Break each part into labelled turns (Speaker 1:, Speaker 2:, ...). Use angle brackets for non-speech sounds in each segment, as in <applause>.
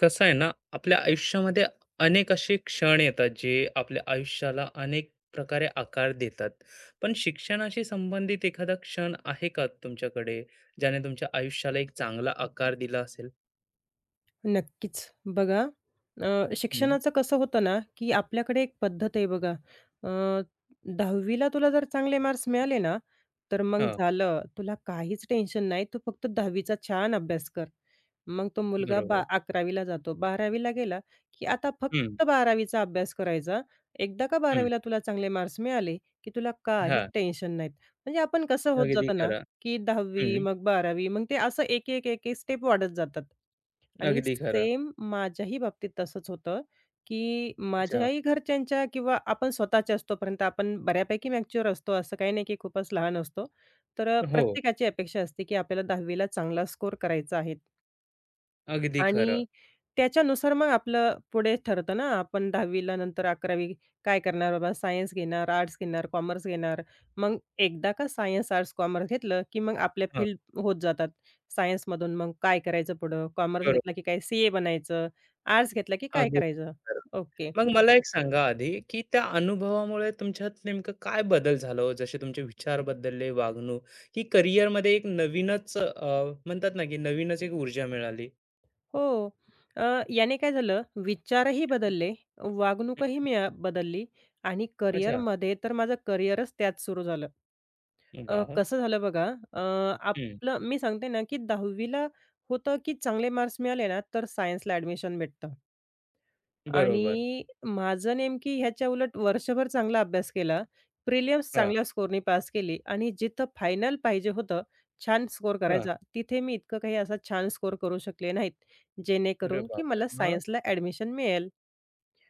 Speaker 1: कसं आहे ना, आपल्या आयुष्यामध्ये अनेक असे क्षण येतात, जे आपल्या आयुष्याला अनेक प्रकारे आकार देतात. पण शिक्षणाशी संबंधित एखादा क्षण आहे का तुमच्याकडे, ज्याने तुमच्या आयुष्याला एक चांगला आकार दिला असेल?
Speaker 2: नक्कीच. बघा अ,
Speaker 1: हं,
Speaker 2: शिक्षणाचं कसं होतं ना, की आपल्याकडे एक पद्धत आहे बघा. अ, 10वी तुला जर चांगले मार्क्स मिळाले ना, तर मग
Speaker 1: हां,
Speaker 2: झालं. तुला काहीच टेन्शन नाही. तू फक्त 10वी चा छान अभ्यास कर. मग तो मुलगा
Speaker 1: बरोबर.
Speaker 2: 11वी जातो. 12वी ला गेला, की आता
Speaker 1: हं,
Speaker 2: फक्त 12वी अभ्यास करायचा. एकदा का
Speaker 1: हं.
Speaker 2: 12वी तुला चांगले मार्क्स मिळाले, की तुला काहीच
Speaker 1: हां,
Speaker 2: टेन्शन नाहीत. म्हणजे आपण कसं होत
Speaker 1: अगदी
Speaker 2: जातं ना,
Speaker 1: खरं.
Speaker 2: की 10वी
Speaker 1: हं,
Speaker 2: मग 12वी मग ते असं एक, एक, एक, एक स्टेप वाढत जातात. आणि
Speaker 1: अगदी खरं.
Speaker 2: सेम माझ्याही बाबतीत तसंच होतं, की
Speaker 1: अच्छा.
Speaker 2: माझ्याही घरच्यांच्या किंवा आपण स्वतःच्या असतोपर्यंत आपण बऱ्यापैकी मॅच्युअर असतो. असं काही नाही की खूपच लहान असतो. तर
Speaker 1: हो,
Speaker 2: प्रत्येकाची अपेक्षा असते, की आपल्याला 10वी चांगला स्कोर करायचा आहे.
Speaker 1: अगदी खरं.
Speaker 2: आणि त्याच्यानुसार मग आपलं पुढे ठरतं ना, आपण 10वी ला नंतर 11वी काय करणार बाबा? सायन्स घेणार, आर्ट्स घेणार, कॉमर्स घेणार. मग एकदा का सायन्स, आर्ट्स, कॉमर्स घेतलं, की मग आपल्या
Speaker 1: हां,
Speaker 2: फील्ड होत जातात. सायन्समधून मग काय करायचं पुढं? कॉमर्स
Speaker 1: बरोबर.
Speaker 2: घेतला की काय CA बनायचं? आर्ट्स घेतला की काय
Speaker 1: अगदी
Speaker 2: करायचं? ओके.
Speaker 1: मग मला एक सांगा आधी, की त्या अनुभवामुळे तुमच्यात नेमकं काय बदल झाला हो? जसे तुमचे विचार बदलले, वागणूक, की करिअरमध्ये एक नवीनच म्हणतात ना, की नवीनच एक ऊर्जा मिळाली?
Speaker 2: हो. याने काय झालं, विचारही
Speaker 1: हं,
Speaker 2: बदलले, वागणूकही मी बदलली आणि
Speaker 1: अच्छा.
Speaker 2: करिअरमध्ये तर माझं करिअरच त्यात सुरू झालं.
Speaker 1: वाह!
Speaker 2: कसं झालं बघा अ,
Speaker 1: हं.
Speaker 2: आपलं मी सांगते ना, की 10वी ला होतं, की चांगले मार्क्स मिळाले ना, तर सायन्सला ॲडमिशन भेटतं
Speaker 1: बरोबर.
Speaker 2: आणि माझं नेमकी ह्याच्या उलट वर्षभर चांगला अभ्यास केला. प्रिलिम्स
Speaker 1: हां,
Speaker 2: चांगल्या स्कोरनी पास केली आणि जिथं फायनल पाहिजे होतं, छान स्कोर
Speaker 1: हां.
Speaker 2: करायचा, तिथे मी इतकं काही असा छान स्कोर करू शकले नाहीत,
Speaker 1: अरे
Speaker 2: जेणेकरून की
Speaker 1: बापरे!
Speaker 2: मला
Speaker 1: मग?
Speaker 2: सायन्सला ॲडमिशन मिळेल.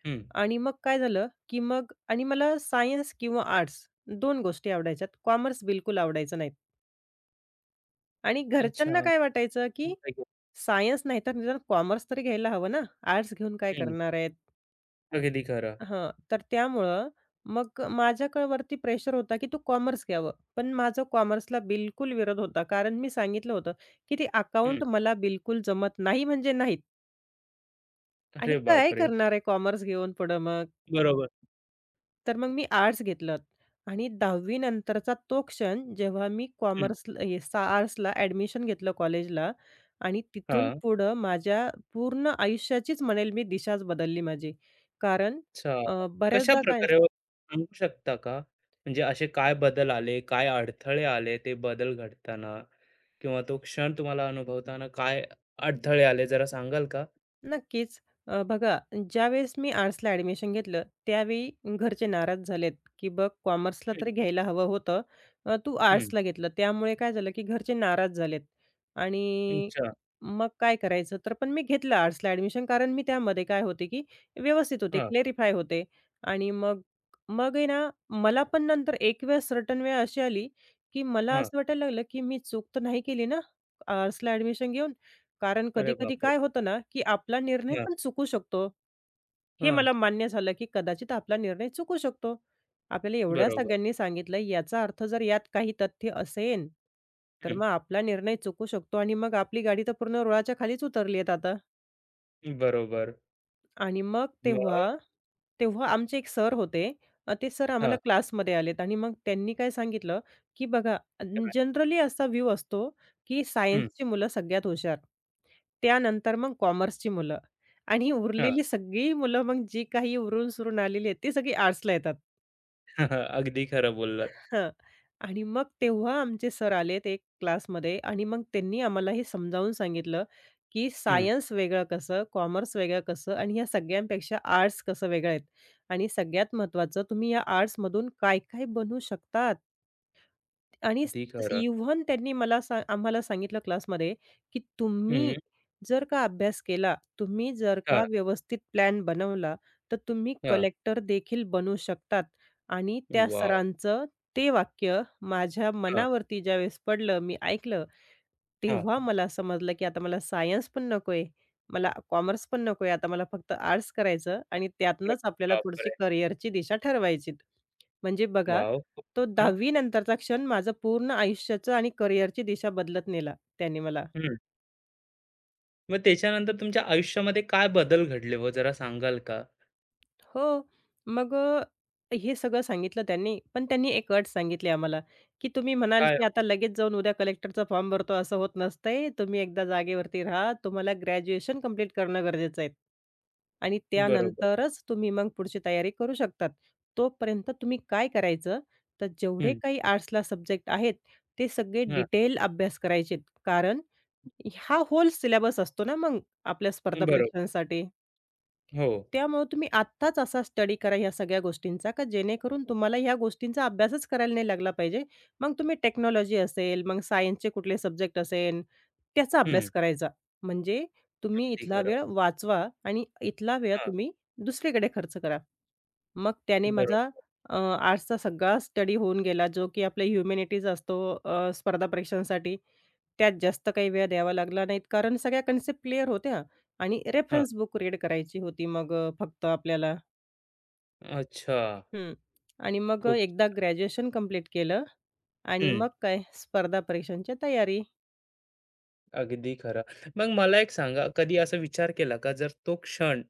Speaker 1: हं.
Speaker 2: आणि मग काय झालं, की मग आणि मला सायन्स किंवा आर्ट्स 2 गोष्टी आवडायच्यात. कॉमर्स बिलकुल आवडायचं नाहीत. आणि घरच्यांना
Speaker 1: अच्छा.
Speaker 2: काय वाटायचं, की सायन्स नाही तर निदान कॉमर्स तरी घ्यायला हवं ना, आर्ट्स घेऊन काय
Speaker 1: हं.
Speaker 2: करणार आहेत?
Speaker 1: अगदी खरं.
Speaker 2: हां, तर त्यामुळं मग माझ्याकडे प्रेशर होता, की तू कॉमर्स घ्यावं. पण माझं कॉमर्सला बिलकुल विरोध होता. कारण मी सांगितलं होतं, की ते
Speaker 1: हं.
Speaker 2: अकाउंट मला बिलकुल जमत नाही म्हणजे नाहीत आणि
Speaker 1: अरे
Speaker 2: काय
Speaker 1: बापरे!
Speaker 2: करणार आहे कॉमर्स घेऊन पुढं मग?
Speaker 1: बरोबर.
Speaker 2: तर मग मी आर्ट्स घेतलं आणि 10वी नंतरचा तो क्षण जेव्हा मी
Speaker 1: हं.
Speaker 2: कॉमर्सला हे सा आर्ट्सला ॲडमिशन घेतलं कॉलेजला आणि तिथून
Speaker 1: हां.
Speaker 2: पुढं माझ्या पूर्ण आयुष्याचीच म्हणेल मी दिशाच बदलली माझी. कारण
Speaker 1: अच्छा.
Speaker 2: बऱ्याचदा काय
Speaker 1: कशाप्रकारे हो? सांगू शकता का? म्हणजे असे काय बदल आले, काय अडथळे आले ते बदल घडताना किंवा तो क्षण तुम्हाला अनुभवताना काय अडथळे आले जरा सांगाल का?
Speaker 2: नक्कीच. बघा ज्यावेळेस मी आर्ट्सला ॲडमिशन घेतलं, त्यावेळी घरचे नाराज झालेत, की "बघ कॉमर्सला
Speaker 1: हं,
Speaker 2: तरी घ्यायला हवं होतं. तू
Speaker 1: हं.
Speaker 2: आर्ट्सला घेतलं." त्यामुळे काय झालं, की घरचे नाराज झालेत आणि
Speaker 1: अच्छा.
Speaker 2: मग काय करायचं? तर पण मी घेतलं आर्ट्सला ॲडमिशन कारण मी त्यामध्ये काय होते, की व्यवस्थित होते,
Speaker 1: हां,
Speaker 2: क्लेरिफाय होते आणि मग मग आहे ना, मला पण नंतर एक वेळ सर्टन वेळ अशी आली, की मला
Speaker 1: हां.
Speaker 2: असं वाटायला लागलं, की मी चूक तर नाही केली ना आर्ट्सला ॲडमिशन घेऊन? कारण
Speaker 1: अरे
Speaker 2: कधी-कधी
Speaker 1: बापरे!
Speaker 2: काय होतं ना, की आपला निर्णय
Speaker 1: हां,
Speaker 2: पण चुकू शकतो. हे
Speaker 1: हां.
Speaker 2: मला मान्य झालं, की कदाचित आपला निर्णय चुकू शकतो. आपल्याला एवढ्या
Speaker 1: बरोबर.
Speaker 2: सगळ्यांनी सांगितलं, याचा अर्थ जर यात काही तथ्य असेन, तर
Speaker 1: हं.
Speaker 2: मग आपला निर्णय चुकू शकतो आणि मग आपली गाडी तर पूर्ण रुळाच्या खालीच उतरली आहे आता.
Speaker 1: बरोबर.
Speaker 2: आणि मग
Speaker 1: मग?
Speaker 2: तेव्हा, तेव्हा आमचे एक सर होते. ते सर आम्हाला
Speaker 1: हां.
Speaker 2: क्लासमध्ये आलेत आणि मग त्यांनी काय सांगितलं, की बघा
Speaker 1: काय?
Speaker 2: जनरली असा व्ह्यू असतो, की
Speaker 1: हं.
Speaker 2: सायन्सची मुलं सगळ्यात हुशार. त्यानंतर मग कॉमर्सची मुलं आणि
Speaker 1: हां.
Speaker 2: उरलेली सगळी मुलं मग जी काही उरून सुरून आलेली आहेत, ती सगळी आर्ट्सला येतात.
Speaker 1: <laughs> अगदी खरं बोललात.
Speaker 2: हां. आणि मग तेव्हा आमचे सर आलेत एक क्लासमध्ये आणि मग त्यांनी आम्हाला हे समजावून सांगितलं, की
Speaker 1: हं.
Speaker 2: सायन्स वेगळं कसं, कॉमर्स वेगळं कसं आणि ह्या सगळ्यांपेक्षा आर्ट्स कसं वेगळं आहेत आणि सगळ्यात महत्त्वाचं तुम्ही या आर्ट्समधून काय-काय बनू शकतात. आणि
Speaker 1: अगदी खरं.
Speaker 2: इव्हन त्यांनी मला आम्हाला सांगितलं क्लासमध्ये, की तुम्ही
Speaker 1: हं.
Speaker 2: जर का अभ्यास केला, तुम्ही जर
Speaker 1: हां,
Speaker 2: का व्यवस्थित प्लॅन बनवला, तर तुम्ही
Speaker 1: हां.
Speaker 2: कलेक्टर देखील बनू शकतात. आणि त्या
Speaker 1: वॉव!
Speaker 2: सरांचं ते वाक्य माझ्या
Speaker 1: हां,
Speaker 2: मनावरती ज्यावेळेस पडलं, मी ऐकलं,
Speaker 1: हां.
Speaker 2: तेव्हा मला समजलं, की आता मला सायन्स पण नकोय, मला कॉमर्स पण नकोय, आता मला फक्त आर्ट्स करायचं आणि
Speaker 1: अरे
Speaker 2: त्यातनंच आपल्याला पुढची
Speaker 1: बापरे!
Speaker 2: करिअरची दिशा ठरवायची. म्हणजे बघा
Speaker 1: वॉव! खूप
Speaker 2: तो
Speaker 1: छान.
Speaker 2: 10वी नंतरचा क्षण माझं पूर्ण आयुष्याचं आणि करिअरची दिशा बदलत नेला त्याने मला.
Speaker 1: मग त्याच्यानंतर तुमच्या आयुष्यामध्ये काय बदल घडले हो जरा सांगाल का?
Speaker 2: हो. मग हे सगळं सांगितलं त्यांनी. पण त्यांनी एक अट सांगितली आम्हाला, की तुम्ही म्हणाल,
Speaker 1: काय
Speaker 2: की आता लगेच जाऊन उद्या कलेक्टरचा फॉर्म भरतो असं होत नसतंय. तुम्ही एकदा जागेवरती राहा. तुम्हाला ग्रॅज्युएशन कंप्लीट करणं गरजेचं आहे. आणि
Speaker 1: बरोबर.
Speaker 2: त्यानंतरच तुम्ही मग पुढची तयारी करू शकतात. तोपर्यंत तुम्ही काय करायचं, तर जेवढे
Speaker 1: हं,
Speaker 2: काही आर्ट्सला सब्जेक्ट आहेत, ते सगळे
Speaker 1: हां.
Speaker 2: डिटेल अभ्यास करायचेत. कारण हा होल सिलेबस असतो ना मग आपल्या स्पर्धा
Speaker 1: बरोबर.
Speaker 2: परीक्षांसाठी.
Speaker 1: हो.
Speaker 2: त्यामुळे तुम्ही आत्ताच असा स्टडी करा ह्या सगळ्या गोष्टींचा, का जेणेकरून तुम्हाला ह्या गोष्टींचा अभ्यासच करायला नाही लागला पाहिजे. मग तुम्ही टेक्नॉलॉजी असेल, मग सायन्सचे कुठले सब्जेक्ट असेल, त्याचा
Speaker 1: हं.
Speaker 2: अभ्यास करायचा. म्हणजे तुम्ही
Speaker 1: अगदी
Speaker 2: इथला
Speaker 1: खरं.
Speaker 2: वेळ वाचवा आणि इथला वेळ
Speaker 1: हां.
Speaker 2: तुम्ही दुसरीकडे खर्च करा. मग त्याने माझा
Speaker 1: बरोबर.
Speaker 2: आर्ट्सचा सगळा स्टडी होऊन गेला, जो की आपल्या ह्युमॅनिटीज असतो स्पर्धा परीक्षांसाठी. त्यात जास्त काही वेळ द्यावा लागला नाहीत, कारण सगळ्या कन्सेप्ट क्लिअर होत्या आणि
Speaker 1: हां.
Speaker 2: रेफरन्स बुक रीड करायची होती मग फक्त आपल्याला.
Speaker 1: अच्छा.
Speaker 2: हं. आणि मग
Speaker 1: खूप
Speaker 2: एकदा ग्रॅज्युएशन कंप्लीट केलं आणि
Speaker 1: हं.
Speaker 2: मग काय स्पर्धा परीक्षांची तयारी.
Speaker 1: अगदी खरं. मग मला एक सांगा, कधी असा विचार केला का जर तो क्षण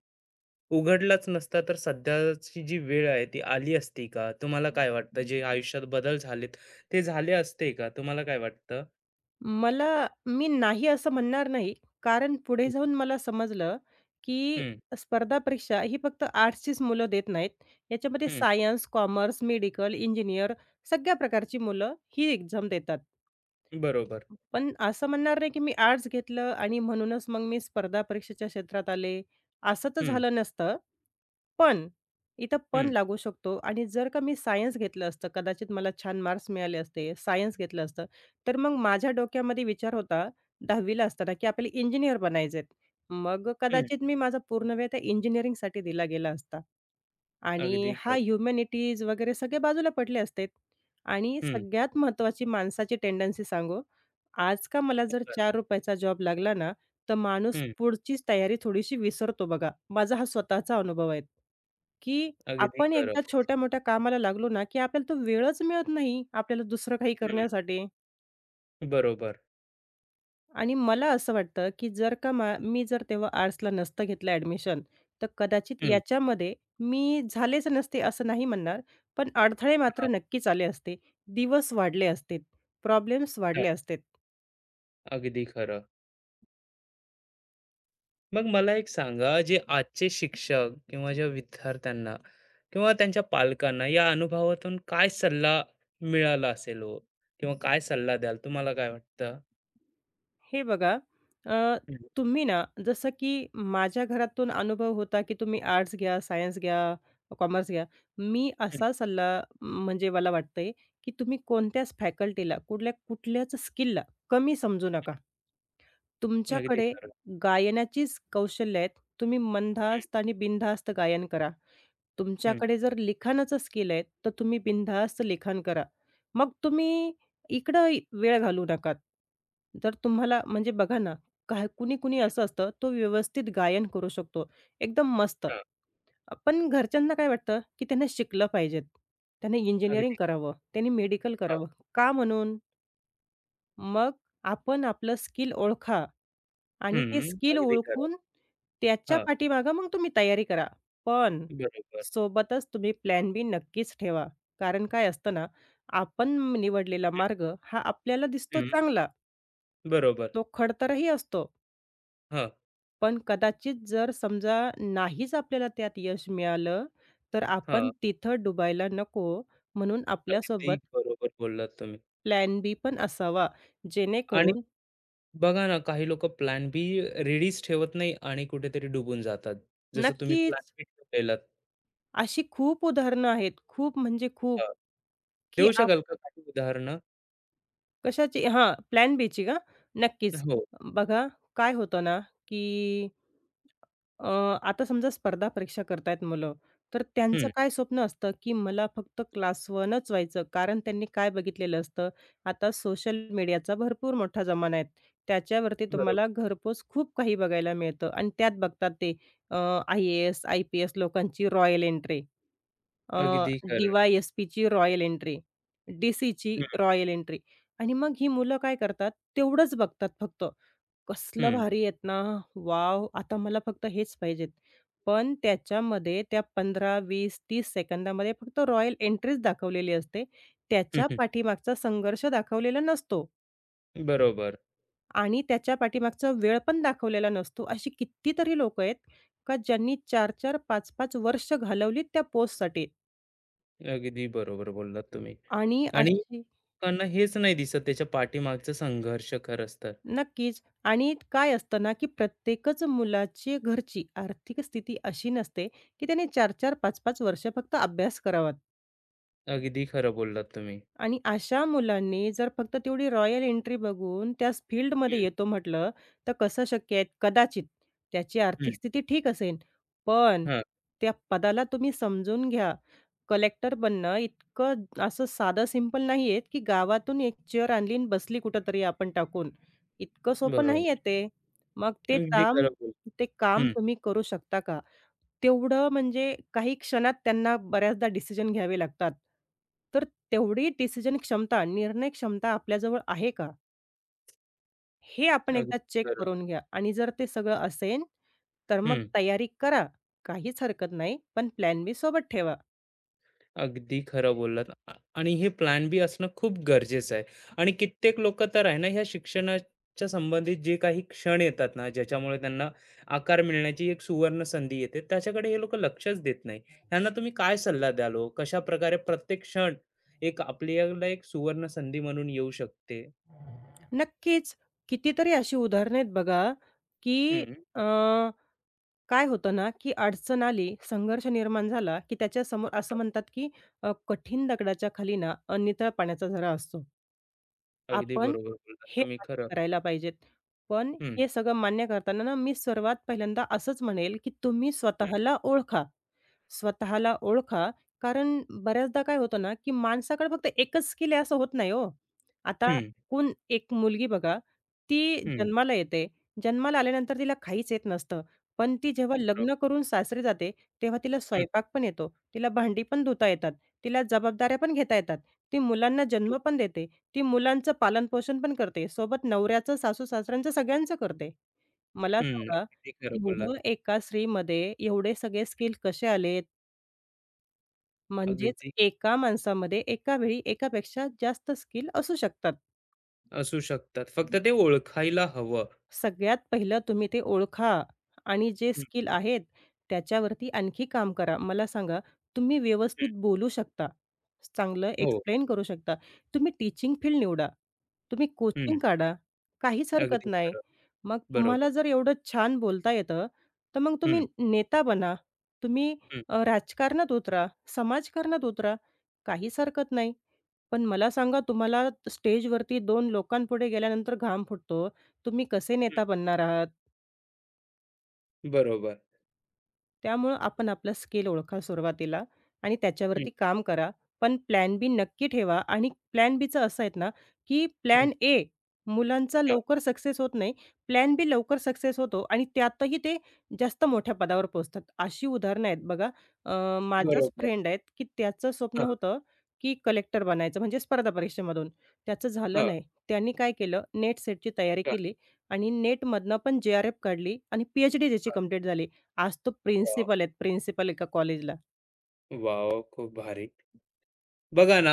Speaker 1: उघडलाच नसता तर सध्याची जी वेळ आहे ती आली असती का? तुम्हाला काय वाटतं जे आयुष्यात बदल झालेत ते झाले असते का? तुम्हाला काय वाटतं?
Speaker 2: मला मी नाही असं म्हणणार नाही. कारण पुढे
Speaker 1: हं,
Speaker 2: जाऊन मला समजलं, की
Speaker 1: हं,
Speaker 2: स्पर्धा परीक्षा ही फक्त आर्ट्सचीच मुलं देत नाहीत. याच्यामध्ये
Speaker 1: हं.
Speaker 2: सायन्स, कॉमर्स, मेडिकल, इंजिनियर, सगळ्या प्रकारची मुलं ही एक्झाम देतात.
Speaker 1: बरोबर.
Speaker 2: पण असं म्हणणार नाही, की मी आर्ट्स घेतलं आणि म्हणूनच मग मी स्पर्धा परीक्षेच्या क्षेत्रात आले, असं तर
Speaker 1: हं,
Speaker 2: झालं नसतं. पण इथं पण
Speaker 1: हं,
Speaker 2: लागू शकतो आणि जर का मी सायन्स घेतलं असतं, कदाचित मला छान मार्क्स मिळाले असते, सायन्स घेतलं असतं, तर मग माझ्या डोक्यामध्ये विचार होता 10वी असताना, की आपल्याला इंजिनिअर बनायचे मग
Speaker 1: हं.
Speaker 2: कदाचित मी माझा पूर्ण वेळ त्या इंजिनिअरिंगसाठी दिला गेला असता. आणि
Speaker 1: अगदी
Speaker 2: हा
Speaker 1: खरं.
Speaker 2: ह्युमॅनिटीज वगैरे सगळे बाजूला पडले असते आणि
Speaker 1: हं.
Speaker 2: सगळ्यात महत्त्वाची माणसाची टेंडन्सी सांगू आज का मला जर
Speaker 1: खरं.
Speaker 2: चार चा जॉब लागला ना, तर माणूस
Speaker 1: हं,
Speaker 2: पुढचीच तयारी थोडीशी विसरतो बघा. माझा हा स्वतःचा अनुभव आहे, की
Speaker 1: अगदी
Speaker 2: आपण
Speaker 1: खरं.
Speaker 2: एकदा छोट्या-मोठ्या कामाला लागलो ना, की आपल्याला तो वेळच मिळत नाही, आपल्याला दुसरं काही
Speaker 1: हं,
Speaker 2: करण्यासाठी.
Speaker 1: बरोबर.
Speaker 2: आणि मला असं वाटतं, की जर का मी जर तेव्हा आर्ट्सला नसतं घेतलं ॲडमिशन, तर कदाचित
Speaker 1: हं,
Speaker 2: याच्यामध्ये मी झालेच नसते असं नाही म्हणणार, पण अडथळे मात्र
Speaker 1: हां,
Speaker 2: नक्कीच आले असते. दिवस वाढले असते, प्रॉब्लेम्स
Speaker 1: हां.
Speaker 2: वाढले असते.
Speaker 1: अगदी खरं. मग मला एक सांगा, जे आजचे शिक्षक किंवा ज्या विद्यार्थ्यांना किंवा त्यांच्या पालकांना या अनुभवातून काय सल्ला मिळाला असेल हो? किंवा काय सल्ला द्याल? तुम्हाला काय वाटतं?
Speaker 2: हे बघा, अ,
Speaker 1: हं,
Speaker 2: तुम्ही ना जसं की माझ्या घरातून अनुभव होता की तुम्ही आर्ट्स घ्या, सायन्स घ्या, कॉमर्स घ्या. मी
Speaker 1: हं.
Speaker 2: असा सल्ला म्हणजे मला वाटतंय की तुम्ही कोणत्याच फॅकल्टीला, कुठल्या कुठल्याच स्किलला कमी समजू नका.
Speaker 1: अगदी
Speaker 2: तुमच्याकडे
Speaker 1: खरं.
Speaker 2: गायनाचीच कौशल्य आहेत. तुम्ही मंदहस्त आणि बिनधास्त गायन करा.
Speaker 1: हं,
Speaker 2: तुमच्याकडे जर लिखाणाचं स्किल आहे, तर तुम्ही बिनधास्त लिखाण करा. मग तुम्ही इकडं वेळ घालवू नका. जर तुम्हाला म्हणजे बघा ना, काय कुणी-कुणी असं असतं, तो व्यवस्थित गायन करू शकतो, एकदम मस्त.
Speaker 1: हां.
Speaker 2: पण घरच्यांना काय वाटतं, की त्यानं शिकलं पाहिजेत. त्याने इंजिनिअरिंग
Speaker 1: अगदी
Speaker 2: करावं, त्याने मेडिकल
Speaker 1: हां.
Speaker 2: करावं. का म्हणून? मग आपण आपलं स्किल ओळखा आणि ते
Speaker 1: हं,
Speaker 2: स्किल
Speaker 1: अगदी खरं.
Speaker 2: ओळखून त्याच्या
Speaker 1: हां,
Speaker 2: पाठीमागे मग तुम्ही तयारी करा. पण
Speaker 1: बरोबर.
Speaker 2: सोबतच तुम्ही प्लॅन बी नक्कीच ठेवा. कारण काय असतं ना, आपण निवडलेला मार्ग हा आपल्याला दिसतो
Speaker 1: हं,
Speaker 2: चांगला.
Speaker 1: बरोबर.
Speaker 2: तो खडतरही असतो.
Speaker 1: हां,
Speaker 2: पण कदाचित जर समजा नाहीच आपल्याला त्यात यश मिळालं, तर आपण
Speaker 1: हां.
Speaker 2: तिथं डुबायला नको म्हणून
Speaker 1: अगदी
Speaker 2: आपल्यासोबत
Speaker 1: बरोबर बोललात तुम्ही.
Speaker 2: प्लॅन बी पण असावा.
Speaker 1: आणि
Speaker 2: जेणेकरून
Speaker 1: बघा ना, काही लोकं प्लॅन बी रेडीच ठेवत नाही आणि कुठेतरी डुबून जातात. जसं तुम्ही प्लॅन
Speaker 2: नक्कीच
Speaker 1: बी ठेवलेलात.
Speaker 2: अशी खूप उदाहरणं आहेत. खूप म्हणजे खूप,
Speaker 1: हां,
Speaker 2: की
Speaker 1: देऊ शकाल का काही उदाहरणं?
Speaker 2: कशाची हां, प्लॅन बीची का? नक्कीच.
Speaker 1: हो.
Speaker 2: बघा काय होतं ना, की अ, आता समजा स्पर्धा परीक्षा करतायत मुलं, तर त्यांचं
Speaker 1: हं,
Speaker 2: काय स्वप्न असतं, की मला फक्त क्लास 1च व्हायचं. कारण त्यांनी काय बघितलेलं असतं, आता सोशल मीडियाचा भरपूर मोठा जमाना आहे. त्याच्यावरती
Speaker 1: बरोबर.
Speaker 2: तुम्हाला घरपोच खूप काही बघायला मिळतं आणि त्यात बघतात ते IAS, IPS लोकांची रॉयल एंट्री. अ,
Speaker 1: अगदी खरं.
Speaker 2: डी-वाय-एस-पीची रॉयल एंट्री, डी-सीची
Speaker 1: हं, हं.
Speaker 2: रॉयल एंट्री आणि मग ही मुलं काय करतात, तेवढंच बघतात फक्त. कसलं भारी आहेत ना, वॉव! आता मला फक्त हेच पाहिजेत. पण त्याच्यामध्ये त्या 15, 20, 30 सेकंदामध्ये फक्त रॉयल एंट्रीज दाखवलेली असते.
Speaker 1: <laughs>
Speaker 2: त्याच्या
Speaker 1: हं,
Speaker 2: पाठीमागचा संघर्ष दाखवलेला नसतो
Speaker 1: बरोबर.
Speaker 2: आणि त्याच्या पाठीमागचा वेळ पण दाखवलेला नसतो. अशी कितीतरी लोकं आहेत का ज्यांनी 4-4, 5-5 वर्ष घालवलीत त्या पोस्टसाठी
Speaker 1: अगदी बरोबर बोललात तुम्ही.
Speaker 2: आणि
Speaker 1: आणि
Speaker 2: अशी
Speaker 1: लोकांना हेच नाही दिसत त्याच्या पाठीमागचा संघर्ष खरंच तर.
Speaker 2: नक्कीच. आणि काय असतं ना, की प्रत्येकच मुलाची घरची आर्थिक स्थिती अशी नसते, की त्याने 4-4, 5 वर्ष फक्त अभ्यास करावा
Speaker 1: अगदी खरं बोललात तुम्ही.
Speaker 2: आणि अशा मुलांनी जर फक्त तेवढी रॉयल एंट्री बघून त्याच फील्डमध्ये
Speaker 1: हं,
Speaker 2: येतो म्हटलं, तर कसं शक्य आहे? कदाचित त्याची आर्थिक
Speaker 1: हं.
Speaker 2: स्थिती ठीक असेल, पण
Speaker 1: हां,
Speaker 2: त्या पदाला तुम्ही समजून घ्या कलेक्टर बनणं इतकं असं साधं सिंपल नाहीये, की गावातून एक चेअर आणली आणि बसली कुठेतरी आपण टाकून. इतकं सोपं नाहीये
Speaker 1: बरोबर.
Speaker 2: ते. मग
Speaker 1: अगदी खरं
Speaker 2: ते काम
Speaker 1: हं,
Speaker 2: तुम्ही करू शकता का? तेवढं म्हणजे काही क्षणात त्यांना बऱ्याचदा डिसिजन घ्यावे लागतात. तर तेवढी डिसिजन क्षमता, निर्णय क्षमता आपल्याजवळ आहे का? हे आपण
Speaker 1: अगदी
Speaker 2: एकदा चेक
Speaker 1: खरं.
Speaker 2: करून घ्या आणि जर ते सगळं असेल, तर मग
Speaker 1: हं.
Speaker 2: तयारी करा. काहीच हरकत नाही, पण प्लॅन बी सोबत ठेवा.
Speaker 1: अगदी खरं बोललात आणि हे प्लॅन बी असणं खूप गरजेचं आहे आणि कित्येक लोक तर आहे ना ह्या शिक्षणाच्या संबंधित जे काही क्षण येतात ना ज्याच्यामुळे त्यांना आकार मिळण्याची एक सुवर्ण संधी येते त्याच्याकडे हे लोक लक्षच देत नाही त्यांना तुम्ही काय सल्ला द्याल हो? कशा प्रकारे प्रत्येक क्षण एक आपल्याला एक सुवर्ण संधी म्हणून येऊ शकते
Speaker 2: नक्कीच. कितीतरी अशी उदाहरणं आहेत बघा, की
Speaker 1: हम्म
Speaker 2: अ, काय होतं ना, की अडचण आली, संघर्ष निर्माण झाला, की त्याच्यासमोर असं म्हणतात, की कठीण दगडाच्या खाली ना नितळ पाण्याचा झरा असतो.
Speaker 1: अगदी
Speaker 2: आपण
Speaker 1: बरोबर बोललात
Speaker 2: हे
Speaker 1: तुम्ही खरं
Speaker 2: मान्य करायला पाहिजेत. पण
Speaker 1: हम्म
Speaker 2: हे सगळं मान्य करताना ना, मी सर्वात पहिल्यांदा असंच म्हणेल, की तुम्ही
Speaker 1: हम्म
Speaker 2: स्वतःला ओळखा. स्वतःला ओळखा, कारण बऱ्याचदा काय होतं ना, की माणसाकडे फक्त एकच स्किल आहे असं होत नाही हो. आता कोण एक मुलगी बघा, ती
Speaker 1: हम्म
Speaker 2: जन्माला येते. जन्माला आल्यानंतर तिला काहीच येत नसतं. पण ती जेव्हा
Speaker 1: हम्म, बरोबर
Speaker 2: लग्न करून सासरी जाते, तेव्हा तिला
Speaker 1: हम्म
Speaker 2: स्वयंपाक पण येतो, तिला भांडी पण धुता येतात, तिला जबाबदाऱ्या पण घेता येतात. ती मुलांना जन्म पण देते, ती मुलांचं पालनपोषण पण करते, सोबत नवऱ्याचं, सासू-सासऱ्यांचं सगळ्यांचं करते. मला
Speaker 1: हम्म,
Speaker 2: सांगा,
Speaker 1: अगदी खरं
Speaker 2: एवढं
Speaker 1: बोललात
Speaker 2: एका स्त्रीमध्ये एवढे सगळे स्किल कसे आलेत? म्हणजेच
Speaker 1: अगदी
Speaker 2: एका माणसामध्ये एकावेळी एकापेक्षा जास्त स्किल असू शकतात.
Speaker 1: असू शकतात. फक्त हं. ते ओळखायला हवं.
Speaker 2: सगळ्यात पहिलं तुम्ही ते ओळखा आणि जे
Speaker 1: हं,
Speaker 2: स्किल आहेत, त्याच्यावरती आणखी काम करा. मला सांगा, तुम्ही व्यवस्थित
Speaker 1: हं.
Speaker 2: बोलू शकता, चांगलं
Speaker 1: हो.
Speaker 2: एक्सप्लेन करू शकता. तुम्ही टीचिंग फील्ड निवडा, तुम्ही
Speaker 1: हं.
Speaker 2: कोचिंग काढा, काहीच हरकत
Speaker 1: अगदी
Speaker 2: नाही.
Speaker 1: खरं.
Speaker 2: मग
Speaker 1: बरोबर.
Speaker 2: तुम्हाला जर एवढं छान बोलता येतं, तर मग
Speaker 1: हं,
Speaker 2: तुम्ही नेता बना. तुम्ही
Speaker 1: हं,
Speaker 2: राजकारणात उतरा, समाजकारणात उतरा, काहीच हरकत नाही. पण मला सांगा, तुम्हाला स्टेजवरती 2 लोकांपुढे गेल्यानंतर घाम फुटतो. तुम्ही कसे
Speaker 1: हं.
Speaker 2: नेता बनणार आहात?
Speaker 1: बरोबर.
Speaker 2: त्यामुळं आपण आपला स्किल ओळखा सुरुवातीला आणि
Speaker 1: हं,
Speaker 2: त्याच्यावरती काम करा. पण प्लॅन बी नक्की ठेवा आणि प्लॅन बीचं असं आहेत ना, की
Speaker 1: हं.
Speaker 2: प्लॅन ए मुलांचा
Speaker 1: हां.
Speaker 2: लवकर सक्सेस होत नाही. प्लॅन बी लवकर सक्सेस होतो आणि त्यातही ते जास्त मोठ्या पदावर पोहोचतात. अशी उदाहरणं आहेत बघा. माझाच
Speaker 1: बरोबर.
Speaker 2: फ्रेंड आहेत, की त्याचं स्वप्न
Speaker 1: हां,
Speaker 2: होतं, की कलेक्टर बनायचं म्हणजे स्पर्धा परीक्षेमधून. त्याचं झालं
Speaker 1: हां,
Speaker 2: नाही. त्यांनी काय केलं, नेट सेटची तयारी
Speaker 1: हां,
Speaker 2: केली आणि नेटमधनं पण JRF काढली आणि PhD त्याची
Speaker 1: हां.
Speaker 2: कंप्लीट झाली. आज तो
Speaker 1: वॉव!
Speaker 2: प्रिन्सिपल आहेत, प्रिन्सिपल एका कॉलेजला.
Speaker 1: वॉव! खूप भारी. बघा ना,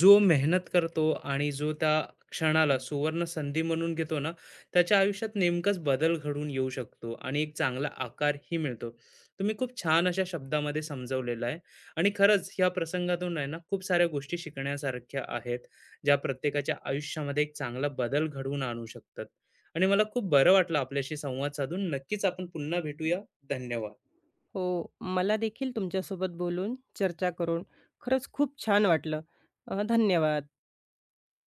Speaker 1: जो मेहनत करतो आणि जो त्या क्षणाला सुवर्ण संधी म्हणून घेतो ना, त्याच्या आयुष्यात नेमकाच बदल घडून येऊ शकतो आणि एक चांगला आकारही मिळतो. तुम्ही खूप छान अशा शब्दामध्ये समजावलेलं आहे आणि खरंच या प्रसंगातून आहे ना, खूप साऱ्या गोष्टी शिकण्यासारख्या आहेत, ज्या प्रत्येकाच्या आयुष्यामध्ये एक चांगला बदल घडवून आणू शकतात आणि मला खूप बरं वाटलं आपल्याशी संवाद साधून. नक्कीच आपण पुन्हा भेटूया. धन्यवाद.
Speaker 2: हो, मला देखील तुमच्यासोबत बोलून, चर्चा करून खरंच खूप छान वाटलं. धन्यवाद.